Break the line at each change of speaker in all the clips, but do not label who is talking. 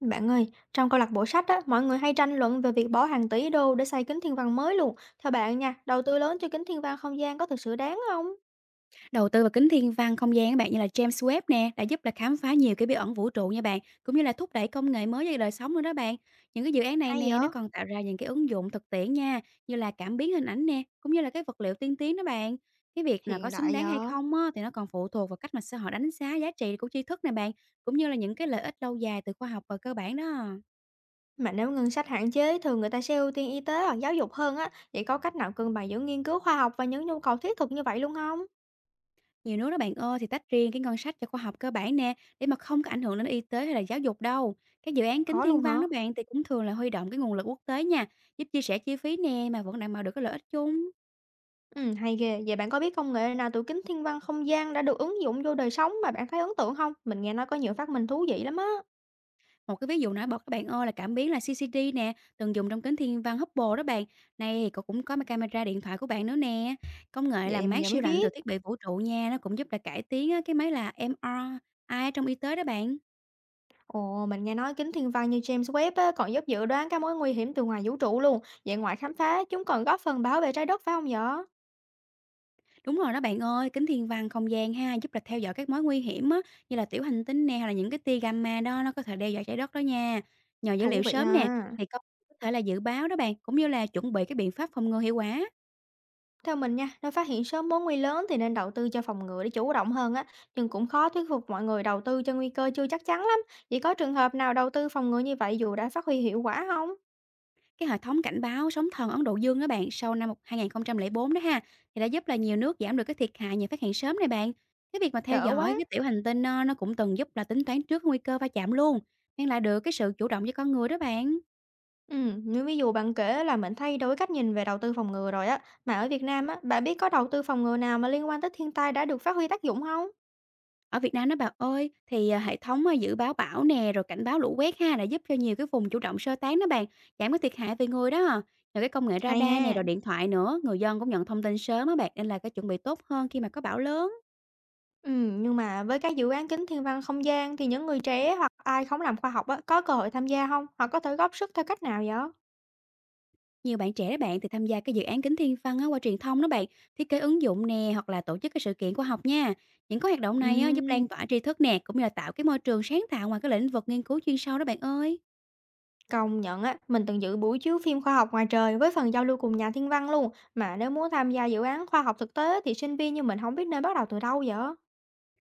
Bạn ơi, trong câu lạc bộ sách á, mọi người hay tranh luận về việc bỏ hàng tỷ đô để xây kính thiên văn mới luôn. Theo bạn nha, đầu tư lớn cho kính thiên văn không gian có thực sự đáng không?
Đầu tư vào kính thiên văn không gian các bạn, như là James Webb nè, đã giúp là khám phá nhiều cái bí ẩn vũ trụ nha bạn, cũng như là thúc đẩy công nghệ mới cho đời sống nữa đó bạn. Những cái dự án này
Hay
nè,
vậy?
nó còn tạo ra những cái ứng dụng thực tiễn nha, như là cảm biến hình ảnh nè, cũng như là cái vật liệu tiên tiến đó bạn. Cái việc là
Hiện
có xứng
đại
đáng hay
vậy?
không á, thì nó còn phụ thuộc vào cách mà xã hội đánh giá giá trị của tri thức nè bạn, cũng như là những cái lợi ích lâu dài từ khoa học và cơ bản đó.
Mà nếu ngân sách hạn chế, thường người ta sẽ ưu tiên y tế hoặc giáo dục hơn á. Vậy có cách nào cân bằng giữa nghiên cứu khoa học và những nhu cầu thiết thực như vậy luôn không?
Nhiều nước đó bạn ơi thì tách riêng cái ngân sách cho khoa học cơ bản nè để mà không có ảnh hưởng đến y tế hay là giáo dục đâu. Các dự án kính
Có
thiên
luôn hả?
văn đó bạn thì cũng thường là huy động cái nguồn lực quốc tế nha, giúp chia sẻ chi phí nè mà vẫn đảm bảo được cái lợi ích chung.
Ừ, hay ghê. Vậy bạn có biết công nghệ nào từ kính thiên văn không gian đã được ứng dụng vô đời sống mà bạn thấy ấn tượng không? Mình nghe nói có nhiều phát minh thú vị lắm á.
Một cái ví dụ nổi bật các bạn ơi là cảm biến là CCD nè, từng dùng trong kính thiên văn Hubble đó bạn. Này thì cậu cũng có mà camera điện thoại của bạn nữa nè. Công nghệ
Vậy
làm
mà
mát
giờ mới
siêu lạnh từ
biết.
thiết bị vũ trụ nha, nó cũng giúp là cải tiến á, cái máy là MRI trong y tế đó bạn.
Ồ, mình nghe nói kính thiên văn như James Webb á, còn giúp dự đoán các mối nguy hiểm từ ngoài vũ trụ luôn. Vậy ngoài khám phá, chúng còn góp phần bảo vệ trái đất phải không vậy?
Đúng rồi đó bạn ơi, kính thiên văn không gian ha, giúp là theo dõi các mối nguy hiểm á, như là tiểu hành tinh nè hay là những cái tia gamma đó nó có thể đe dọa trái đất đó nha. Nhờ dữ
Thú
liệu
vị
sớm nè
à.
thì có thể là dự báo đó bạn, cũng như là chuẩn bị cái biện pháp phòng ngừa hiệu quả.
Theo mình nha, nếu phát hiện sớm mối nguy lớn thì nên đầu tư cho phòng ngừa để chủ động hơn á. Nhưng cũng khó thuyết phục mọi người đầu tư cho nguy cơ chưa chắc chắn lắm. Vậy có trường hợp nào đầu tư phòng ngừa như vậy dù đã phát huy hiệu quả không?
Cái hệ thống cảnh báo sóng thần Ấn Độ Dương đó bạn sau năm 2004 đó ha thì đã giúp là nhiều nước giảm được cái thiệt hại nhờ phát hiện sớm này bạn. Cái việc mà theo
Đỡ
dõi
quá.
cái tiểu hành tinh nó cũng từng giúp là tính toán trước nguy cơ va chạm luôn, mang lại được cái sự chủ động cho con người đó bạn.
Ừ, như ví dụ bạn kể là mình thay đổi cách nhìn về đầu tư phòng ngừa rồi á. Mà ở Việt Nam á, bạn biết có đầu tư phòng ngừa nào mà liên quan tới thiên tai đã được phát huy tác dụng không?
Ở Việt Nam đó bạn ơi, thì, hệ thống, dự báo bão nè, rồi cảnh báo lũ quét ha, đã giúp cho nhiều cái vùng chủ động sơ tán đó bạn, giảm cái thiệt hại về người đó. Rồi cái công nghệ
Hay
radar nè,
ha.
rồi điện thoại nữa, người dân cũng nhận thông tin sớm á bạn, nên là cái chuẩn bị tốt hơn khi mà có bão lớn.
Ừ nhưng mà với các dự án Kính Thiên Văn Không Gian thì những người trẻ hoặc ai không làm khoa học á, có cơ hội tham gia không? Họ có thể góp sức theo cách nào vậy?
Nhiều bạn trẻ đó bạn thì tham gia cái dự án Kính Thiên Văn á qua truyền thông đó bạn, thiết kế ứng dụng nè, hoặc là tổ chức cái sự kiện khoa học nha. Những cái hoạt động này á, giúp
Ừm,
lan tỏa tri thức nè, cũng như là tạo cái môi trường sáng tạo ngoài cái lĩnh vực nghiên cứu chuyên sâu đó bạn ơi.
công nhận á, mình từng dự buổi chiếu phim khoa học ngoài trời với phần giao lưu cùng nhà thiên văn luôn, mà nếu muốn tham gia dự án khoa học thực tế thì sinh viên như mình không biết nên bắt đầu từ đâu vậy?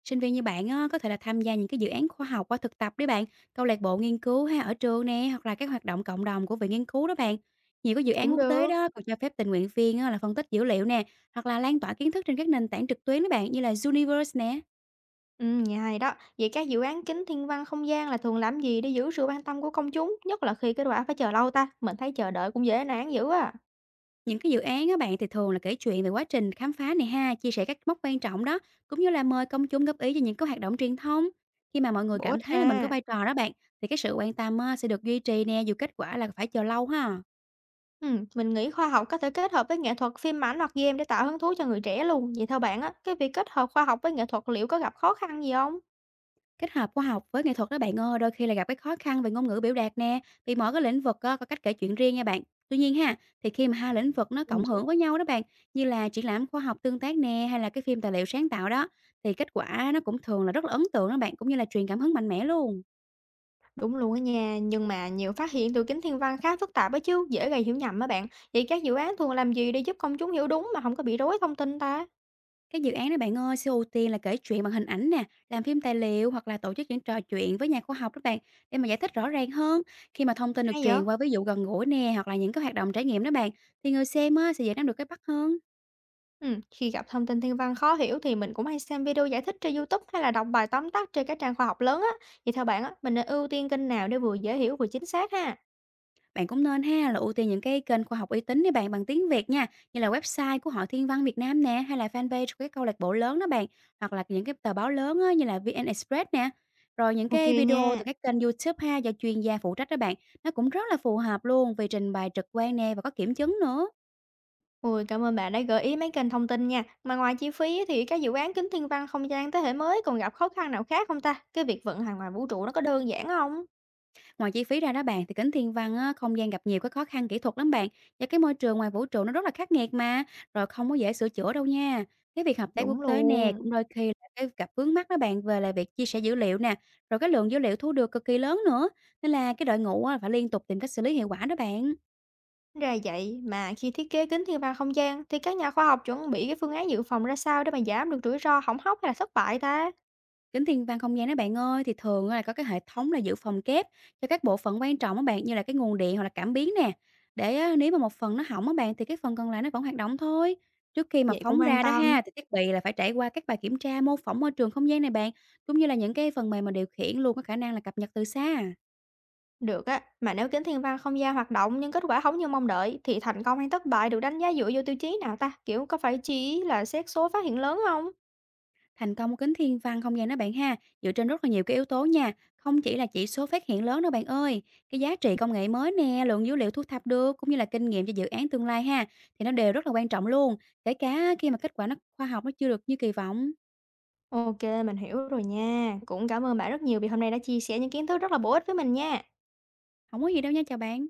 Sinh viên như bạn á, có thể là tham gia những cái dự án khoa học qua thực tập đấy bạn, câu lạc bộ nghiên cứu hay ở trường nè, hoặc là các hoạt động cộng đồng của viện nghiên cứu đó bạn. Nhiều cái dự án
Cũng
quốc tế
được.
đó còn cho phép tình nguyện viên á, là phân tích dữ liệu nè, hoặc là lan tỏa kiến thức trên các nền tảng trực tuyến đó bạn như là Universe nè.
Nghe hay đó. Vậy các dự án Kính Thiên Văn Không Gian là thường làm gì để giữ sự quan tâm của công chúng, nhất là khi kết quả phải chờ lâu ta? Mình thấy chờ đợi cũng dễ nản dữ à.
Những cái dự án á bạn thì thường là kể chuyện về quá trình khám phá này ha, chia sẻ các mốc quan trọng đó, cũng như là mời công chúng góp ý cho những cái hoạt động truyền thông. Khi mà mọi người
Bổ ích
cảm thấy là mình có
ha.
vai trò đó bạn, thì cái sự quan tâm á, sẽ được duy trì nè, dù kết quả là phải chờ lâu ha.
Mình nghĩ khoa học có thể kết hợp với nghệ thuật, phim ảnh hoặc game để tạo hứng thú cho người trẻ luôn. Vậy theo bạn á, cái việc kết hợp khoa học với nghệ thuật liệu có gặp khó khăn gì không?
Kết hợp khoa học với nghệ thuật đó bạn ơi, đôi khi là gặp cái khó khăn về ngôn ngữ biểu đạt nè, vì mỗi cái lĩnh vực có cách kể chuyện riêng nha bạn. Tuy nhiên ha, thì khi mà hai lĩnh vực nó
Ừ,
cộng
đúng.
hưởng với nhau đó bạn, như là triển lãm khoa học tương tác nè hay là cái phim tài liệu sáng tạo đó, thì kết quả nó cũng thường là rất là ấn tượng đó bạn, cũng như là truyền cảm hứng mạnh mẽ luôn.
Đúng luôn á nha, nhưng mà nhiều phát hiện từ kính thiên văn khá phức tạp á chứ, dễ gây hiểu nhầm á bạn. Vậy các dự án thường làm gì để giúp công chúng hiểu đúng mà không có bị rối thông tin ta?
Các dự án đó bạn ơi sẽ ưu tiên là kể chuyện bằng hình ảnh nè, làm phim tài liệu hoặc là tổ chức những trò chuyện với nhà khoa học đó bạn để mà giải thích rõ ràng hơn. Khi mà thông tin được
Hay vậy?
truyền qua ví dụ gần gũi nè hoặc là những cái hoạt động trải nghiệm đó bạn thì người xem á, sẽ dễ nắm được cái bắt hơn.
Khi gặp thông tin thiên văn khó hiểu thì mình cũng hay xem video giải thích trên YouTube hay là đọc bài tóm tắt trên các trang khoa học lớn á. Vậy theo bạn á, mình nên ưu tiên kênh nào để vừa dễ hiểu vừa chính xác ha?
Bạn cũng nên ha là ưu tiên những cái kênh khoa học uy tín đi bạn bằng tiếng Việt nha, như là website của Hội Thiên văn Việt Nam nè, hay là fanpage của các câu lạc bộ lớn đó bạn, hoặc là những cái tờ báo lớn á, như là VN Express nè. Rồi những cái
OK nha.
video từ các kênh YouTube ha do chuyên gia phụ trách đó bạn, nó cũng rất là phù hợp luôn vì trình bày trực quan nè và có kiểm chứng nữa.
Ôi, cảm ơn bạn đã gợi ý mấy kênh thông tin nha. Mà ngoài chi phí thì các dự án kính thiên văn không gian thế hệ mới còn gặp khó khăn nào khác không ta? Cái việc vận hành ngoài vũ trụ nó có đơn giản không?
Ngoài chi phí ra đó bạn thì kính thiên văn á, không gian gặp nhiều cái khó khăn kỹ thuật lắm bạn. Và cái môi trường ngoài vũ trụ nó rất là khắc nghiệt mà, rồi không có dễ sửa chữa đâu nha. Cái việc hợp tác quốc
Đúng
tế nè
luôn.
cũng đôi khi là cái gặp vướng mắt đó bạn về là việc chia sẻ dữ liệu nè, rồi cái lượng dữ liệu thu được cực kỳ lớn nữa. Nên là cái đội ngũ á, phải liên tục tìm cách xử lý hiệu quả đó bạn.
Ra vậy, mà khi thiết kế kính thiên văn không gian thì các nhà khoa học chuẩn bị cái phương án dự phòng ra sao để mà giảm được rủi ro hỏng hóc hay là thất bại ta?
Kính thiên văn không gian đó bạn ơi, thì thường á là có cái hệ thống là dự phòng kép cho các bộ phận quan trọng á bạn, như là cái nguồn điện hoặc là cảm biến nè. Để á, nếu mà một phần nó hỏng á bạn thì cái phần còn lại nó vẫn hoạt động thôi. Trước khi mà
Vậy cũng
phóng
an
ra đó
tâm.
ha, thì thiết bị là phải trải qua các bài kiểm tra mô phỏng môi trường không gian này bạn, cũng như là những cái phần mềm mà điều khiển luôn có khả năng là cập nhật từ xa.
Được á, mà nếu kính thiên văn không gian hoạt động nhưng kết quả không như mong đợi thì thành công hay thất bại được đánh giá dựa vô tiêu chí nào ta? Kiểu có phải chỉ là xét số phát hiện lớn không?
Thành công của kính thiên văn không gian đó bạn ha, dựa trên rất là nhiều cái yếu tố nha, không chỉ là chỉ số phát hiện lớn đâu bạn ơi. Cái giá trị công nghệ mới nè, lượng dữ liệu thu thập được cũng như là kinh nghiệm cho dự án tương lai ha, thì nó đều rất là quan trọng luôn, kể cả khi mà kết quả nó khoa học nó chưa được như kỳ vọng.
OK, mình hiểu rồi nha. Cũng cảm ơn bạn rất nhiều vì hôm nay đã chia sẻ những kiến thức rất là bổ ích với mình nha.
Không có gì đâu nha, chào bạn.